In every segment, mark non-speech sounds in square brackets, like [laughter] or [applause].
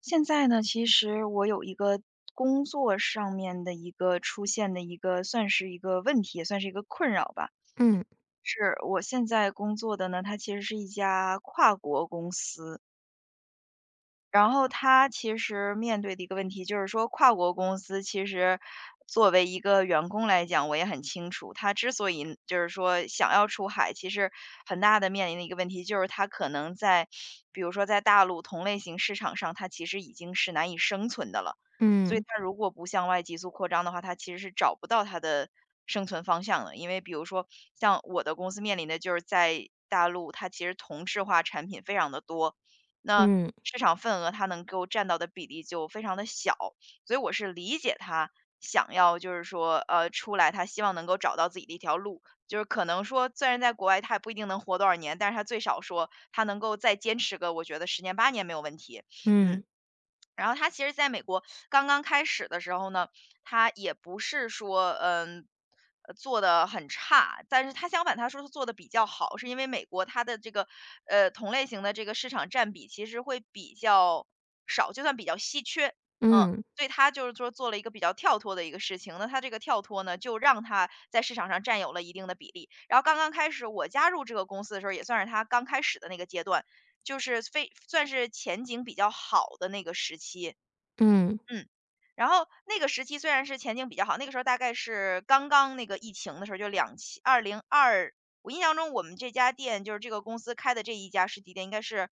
现在呢，其实我有一个工作上面的一个出现的一个算是一个问题，也算是一个困扰吧。嗯是我现在工作的呢，它其实是一家跨国公司，然后他其实面对的一个问题就是说，跨国公司其实作为一个员工来讲，我也很清楚，他之所以就是说想要出海，其实很大的面临的一个问题就是他可能在，比如说在大陆同类型市场上，他其实已经是难以生存的了。所以嗯他如果不向外急速扩张的话，他其实是找不到他的生存方向的。因为比如说像我的公司面临的就是在大陆，它其实同质化产品非常的多，那嗯市场份额它能够占到的比例就非常的小，所以我是理解他想要就是说，出来，他希望能够找到自己的一条路，就是可能说，虽然在国外他也不一定能活多少年，但是他最少说他能够再坚持个，我觉得十年八年没有问题，嗯。嗯然后他其实在美国刚刚开始的时候呢，他也不是说，做的很差，但是他相反他说是做的比较好，是因为美国它的这个，同类型的这个市场占比其实会比较少，就算比较稀缺，嗯。嗯所以它就是说做了一个比较跳脱的一个事情，那他这个跳脱呢，就让他在市场上占有了一定的比例。然后刚刚开始我加入这个公司的时候，也算是他刚开始的那个阶段。就是非算是前景比较好的那个时期，嗯嗯。然后那个时期虽然是前景比较好，那个时候大概是刚刚那个疫情的时候，就两千二零二，我印象中我们这家店，就是这个公司开的这一家实体店应该是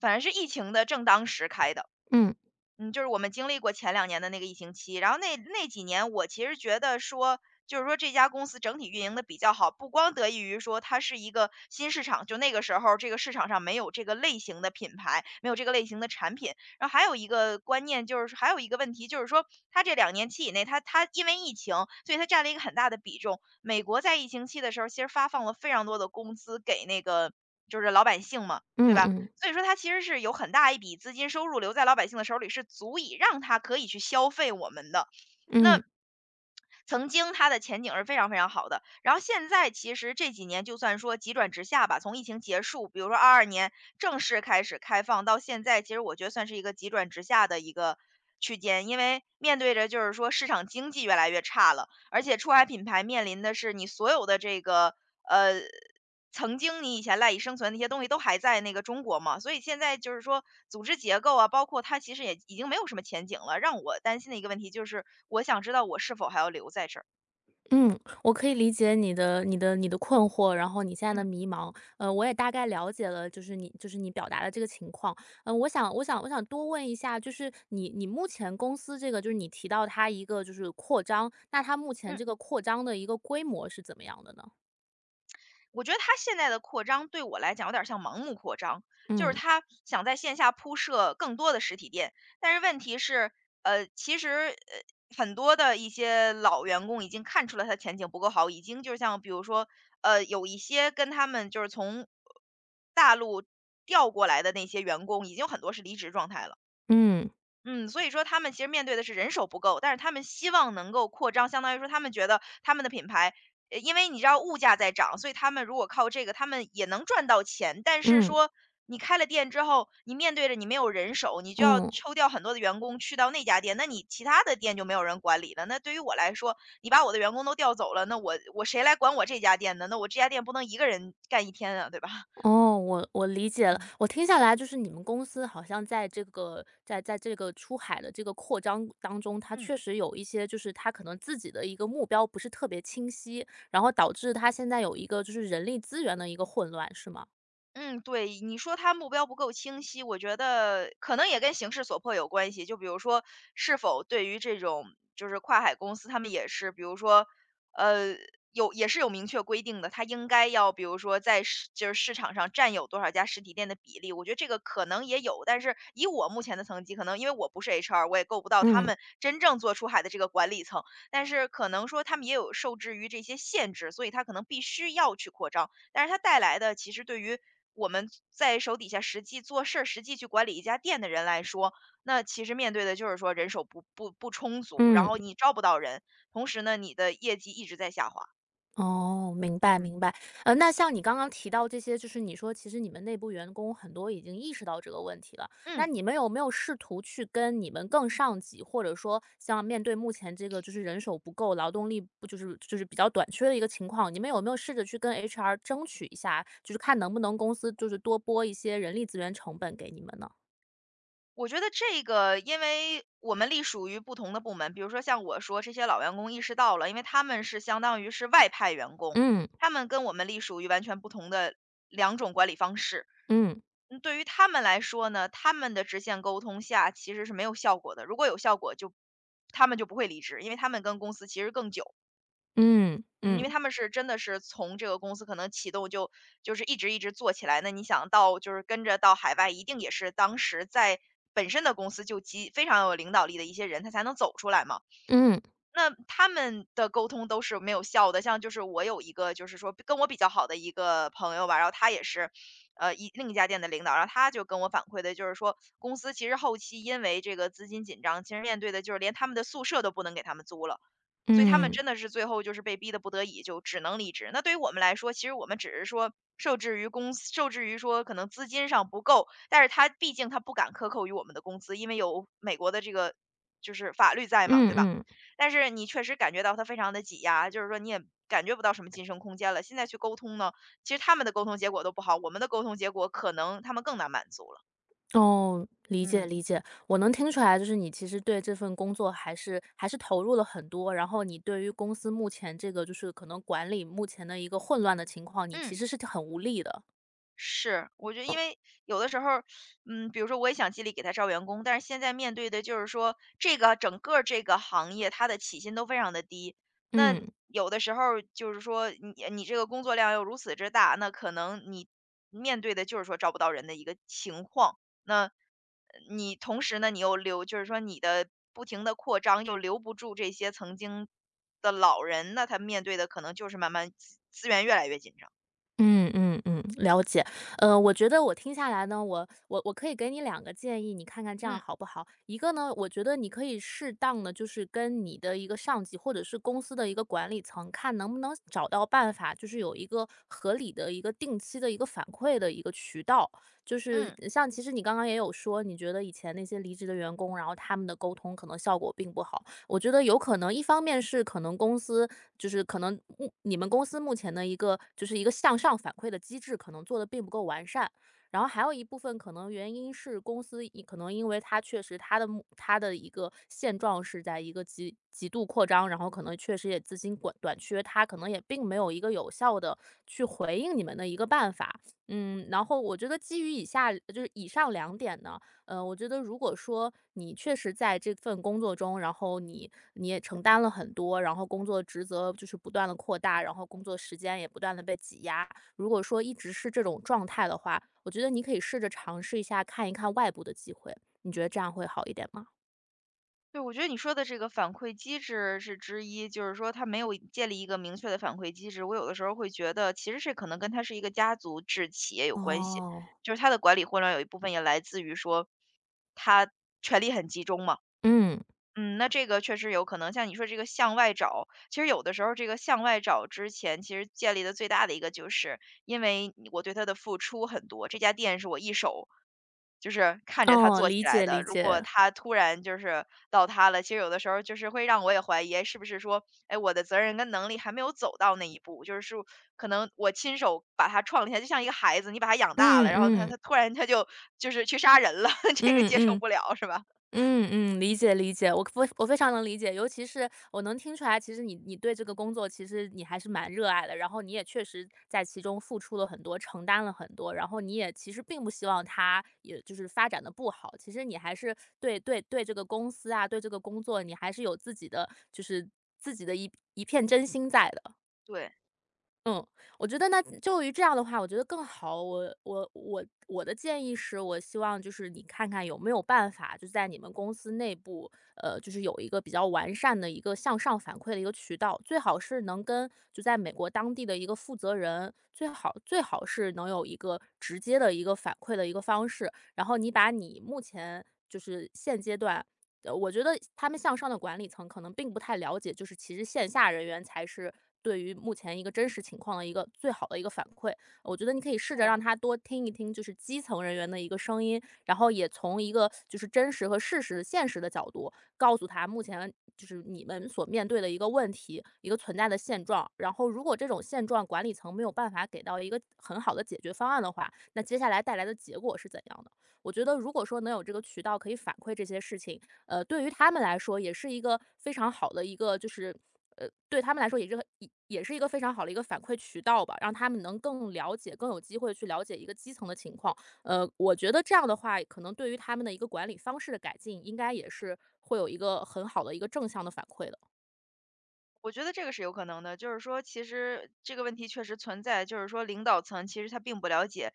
反正是疫情的正当时开的。嗯嗯，就是我们经历过前两年的那个疫情期，然后那几年我其实觉得说，就是说这家公司整体运营的比较好，不光得益于说它是一个新市场，就那个时候这个市场上没有这个类型的品牌，没有这个类型的产品。然后还有一个观念就是还有一个问题就是说，它这两年期以内，它因为疫情，所以它占了一个很大的比重。美国在疫情期的时候，其实发放了非常多的工资给那个就是老百姓嘛，对嗯吧？嗯所以说它其实是有很大一笔资金收入留在老百姓的手里，是足以让他可以去消费我们的。那嗯曾经它的前景是非常非常好的，然后现在其实这几年就算说急转直下吧，从疫情结束，比如说二二年正式开始开放到现在，其实我觉得算是一个急转直下的一个区间。因为面对着就是说市场经济越来越差了，而且出海品牌面临的是你所有的这个呃曾经你以前赖以生存的那些东西都还在那个中国嘛，所以现在就是说组织结构啊，包括它其实也已经没有什么前景了。让我担心的一个问题就是，我想知道我是否还要留在这儿？嗯，我可以理解你的困惑，然后你现在的嗯迷茫，我也大概了解了，就是你表达的这个情况。嗯。我想多问一下，就是你目前公司这个，就是你提到它一个就是扩张，那它目前嗯。这个扩张的一个规模是怎么样的呢？我觉得他现在的扩张对我来讲有点儿像盲目扩张，就是嗯他想在线下铺设更多的实体店，但是问题是，其实很多的一些老员工已经看出了他前景不够好，已经就像比如说，有一些跟他们就是从大陆调过来的那些员工，已经有很多是离职状态了。嗯嗯，所以说他们其实面对的是人手不够，但是他们希望能够扩张，相当于说他们觉得他们的品牌，因为你知道物价在涨，所以他们如果靠这个，他们也能赚到钱。但是嗯说你开了店之后，你面对着你没有人手，你就要嗯。抽调很多的员工去到那家店，那你其他的店就没有人管理了。那对于我来说，你把我的员工都调走了，那我谁来管我这家店呢？那我这家店不能一个人干一天啊，对吧？哦，我理解 [laughs] 了。嗯我听下来就是你们公司好像在这个出海的这个扩张当中，它嗯。确实有一些，就是它可能自己的一个目标不是特别清晰，然后导致它现在有一个就是人力资源的一个混乱，是吗？嗯，对，你说他目标不够清晰，我觉得可能也跟形势所迫有关系。就比如说，是否对于这种就是跨海公司，他们也是，比如说，呃，有也是有明确规定的，他应该要，比如说在市就是市场上占有多少家实体店的比例。我觉得这个可能也有，但是以我目前的层级，可能因为我不是 HR，我也够不到他嗯们真正做出海的这个管理层，但是可能说他们也有受制于这些限制，所以他可能必须要去扩张。但是它带来的其实对于我们在手底下实际做事儿、实际去管理一家店的人来说，那其实面对的就是说人手不充足，然嗯。后你招不到人，同时呢，你的业绩一直在下滑。哦，明白嗯明白。那像你刚刚提到这些，就是你说其实你们内部员工很多已经意识到这个问题了，那嗯，你们有没有试图去跟你们更上级，或者说像面对目前这个就是人手不够、劳动力不就是比较短缺的一个情况，你们有没有试着去跟 HR 争取一下，就是看能不能公司就是多拨一些人力资源成本给你们呢？我觉得这个，因为我们隶属于不同的部门，比如说像我说这些老员工意识到了，因为他们是相当于是外派员工，嗯他们跟我们隶属于完全不同的两种管理方式。嗯嗯，对于他们来说呢，他们的直线沟通下其实是没有效果的。如果有效果他们就不会离职，因为他们跟公司其实更久，嗯嗯因为嗯他们是真的是从这个公司可能启动就是一直做起来。那你想到就是跟着到海外，一定也是当时在本身的公司就极非常有领导力的一些人，他才能走出来嘛。嗯那他们的沟通都是没有效的，像就是我有一个就是说跟我比较好的一个朋友吧，然后他也是，另一家店的领导，然后他就跟我反馈的就是说，公司其实后期因为这个资金紧张，其实面对的就是连他们的宿舍都不能给他们租了。所以他们嗯嗯真的是最后就是被逼的不得已，就只能离职。那对于我们来说，其实我们只是说受制于公司，受制于说可能资金上不够，但是他毕竟他不敢克扣于我们的工资，因为有美国的这个就是法律在嘛，嗯对吧？嗯。但是你确实感觉到他非常的挤压，就是说你也感觉不到什么晋升空间了。现在去沟通呢，其实他们的沟通结果都不好，我们的沟通结果可能他们更难满足了，哦，理解嗯。理解，我能听出来，就是你其实对这份工作还是投入了很多，然后你对于公司目前这个就是可能管理目前的一个混乱的情况，你嗯。其实是很无力的。是，我觉得因为有的时候嗯，比如说我也想尽力给他招员工，但是现在面对的就是说这个整个这个行业它的起薪都非常的低，那嗯。有的时候就是说你这个工作量又如此之大，那可能你面对的就是说招不到人的一个情况，那你同时呢，你又留，就是说你的不停的扩张又留不住这些曾经的老人，那他面对的可能就是慢慢资源越来越紧张，嗯嗯嗯，了解。我觉得我听下来呢，我可以给你两个建议，你看看这样嗯好不好？一个呢，我觉得你可以适当的就是跟你的一个上级或者是公司的一个管理层，看能不能找到办法，就是有一个合理的一个定期的一个反馈的一个渠道。就是嗯。像其实你刚刚也有说，你觉得以前那些离职的员工，然后他们的沟通可能效果并不好。我觉得有可能一方面是可能公司就是可能你们公司目前的一个就是一个向上反馈的机制，可能做的并不够完善。然后还有一部分可能原因是公司可能因为它确实它的一个现状是在一个极度扩张，然后可能确实也资金短缺，它可能也并没有一个有效的去回应你们的一个办法。嗯，然后我觉得基于以下就是以上两点呢，我觉得如果说你确实在这份工作中，然后你也承担了很多，然后工作职责就是不断的扩大，然后工作时间也不断的被挤压。如果说一直是这种状态的话，我觉得你可以试着尝试一下看一看外部的机会，你觉得这样会好一点吗？对，我觉得你说的这个反馈机制是之一，就是说他没有建立一个明确的反馈机制。我有的时候会觉得，其实是可能跟他是一个家族制企业有关系，哦，就是他的管理混乱有一部分也来自于说他权力很集中嘛。嗯，嗯，那这个确实有可能，像你说这个向外找，其实有的时候这个向外找之前，其实建立的最大的一个就是，因为你我对他的付出很多，这家店是我一手，就是看着他哦，做起理来解的。理如果解。他突然就是倒塌了，其实有的时候就是会让我也怀疑，哎是不是说，哎，我的责任跟能力还没有走到那一步，就是说可能我亲手把他创立下，就像一个孩子，你把他养大嗯了，然后他嗯他突然就就是去杀人了，[laughs] 这个嗯接受嗯。不了，是吧？嗯嗯，理解理解，我非常能理解，尤其是我能听出来，其实你对这个工作，其实你还是蛮热爱的，然后你也确实在其中付出了很多，承担了很多，然后你也其实并不希望它也就是发展的不好，其实你还是对这个公司啊，对这个工作，你还是有自己的一片真心在的。对，嗯，我觉得那就于这样的话，我觉得更好。我的建议是，我希望就是你看看有没有办法，就在你们公司内部，就是有一个比较完善的一个向上反馈的一个渠道，最好是能跟就在美国当地的一个负责人，最好是能有一个直接的一个反馈的一个方式。然后你把你目前就是现阶段，我觉得他们向上的管理层可能并不太了解，就是其实线下人员才是对于目前一个真实情况的一个最好的一个反馈。我觉得你可以是试着的。让他多听一听，就是基层人员的一个声音，然后也从一个就是真实和事实、现实的角度，告诉他目前，就是你们所面对的一个问题、一个存在的现状。然后，如果这种现状管理层没有办法给到一个很好的解决方案的话，那接下来带来的结果是怎样的？我觉得，如果说能有这个渠道可以反馈这些事情，对于他们来说也是一个非常好的一个就是，对他们来说也是个，也是一个非常好的一个反馈渠道吧，让他们能更了解更有机会去了解一个基层的情况。我觉得这样的话，可能对于他们的一个管理方式的改进，应该也是会有一个很好的一个正向的反馈的。我觉得这个是有可能的，就是说其实这个问题确实存在，就是说领导层其实他并不了解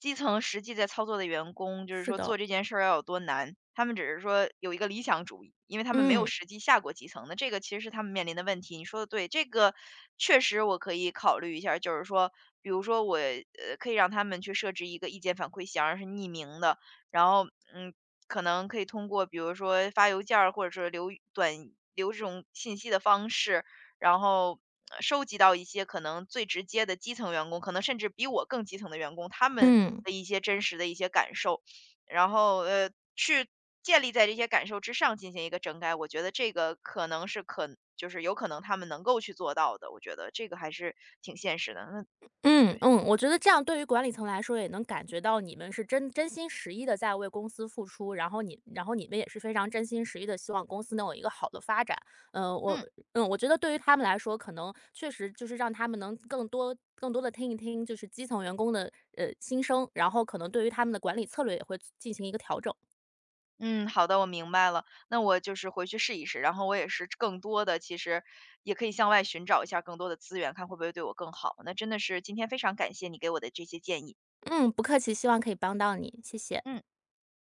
基层实际在操作的员工，就是是说的。做这件事儿要有多难，他们只是说有一个理想主义，因为他们没有嗯实际下过基层的，这个其实是他们面临的问题。你说的对，这个确实我可以考虑一下儿就是说，比如说我可以让他们去设置一个意见反馈箱，是匿名的，然后，嗯，可能可以通过比如说发邮件儿，或者是留语短留这种信息的方式，然后收集到一些可能最直接的基层员工，可能甚至比我更基层的员工，他们嗯。的一些真实的一些感受，然后去建立在这些感受之上进行一个整改，我觉得这个可能是可就是有可能他们能够去做到的，我觉得这个还是挺现实的。那嗯对，嗯，我觉得这样对于管理层来说也能感觉到你们是真真心实意的在为公司付出，然后你然后你们也是非常真心实意的希望公司能有一个好的发展。嗯，我嗯。嗯，我觉得对于他们来说，可能确实就是让他们能更多更多的听一听，就是基层员工的心声，然后可能对于他们的管理策略也会进行一个调整。嗯，好的，我明白了。那我就是回去试一试，然后我也是更多的，其实也可以向外寻找一下更多的资源，看会不会对我更好。那真的是今天非常感谢你给我的这些建议，嗯，不客气，希望可以帮到你，谢谢。嗯。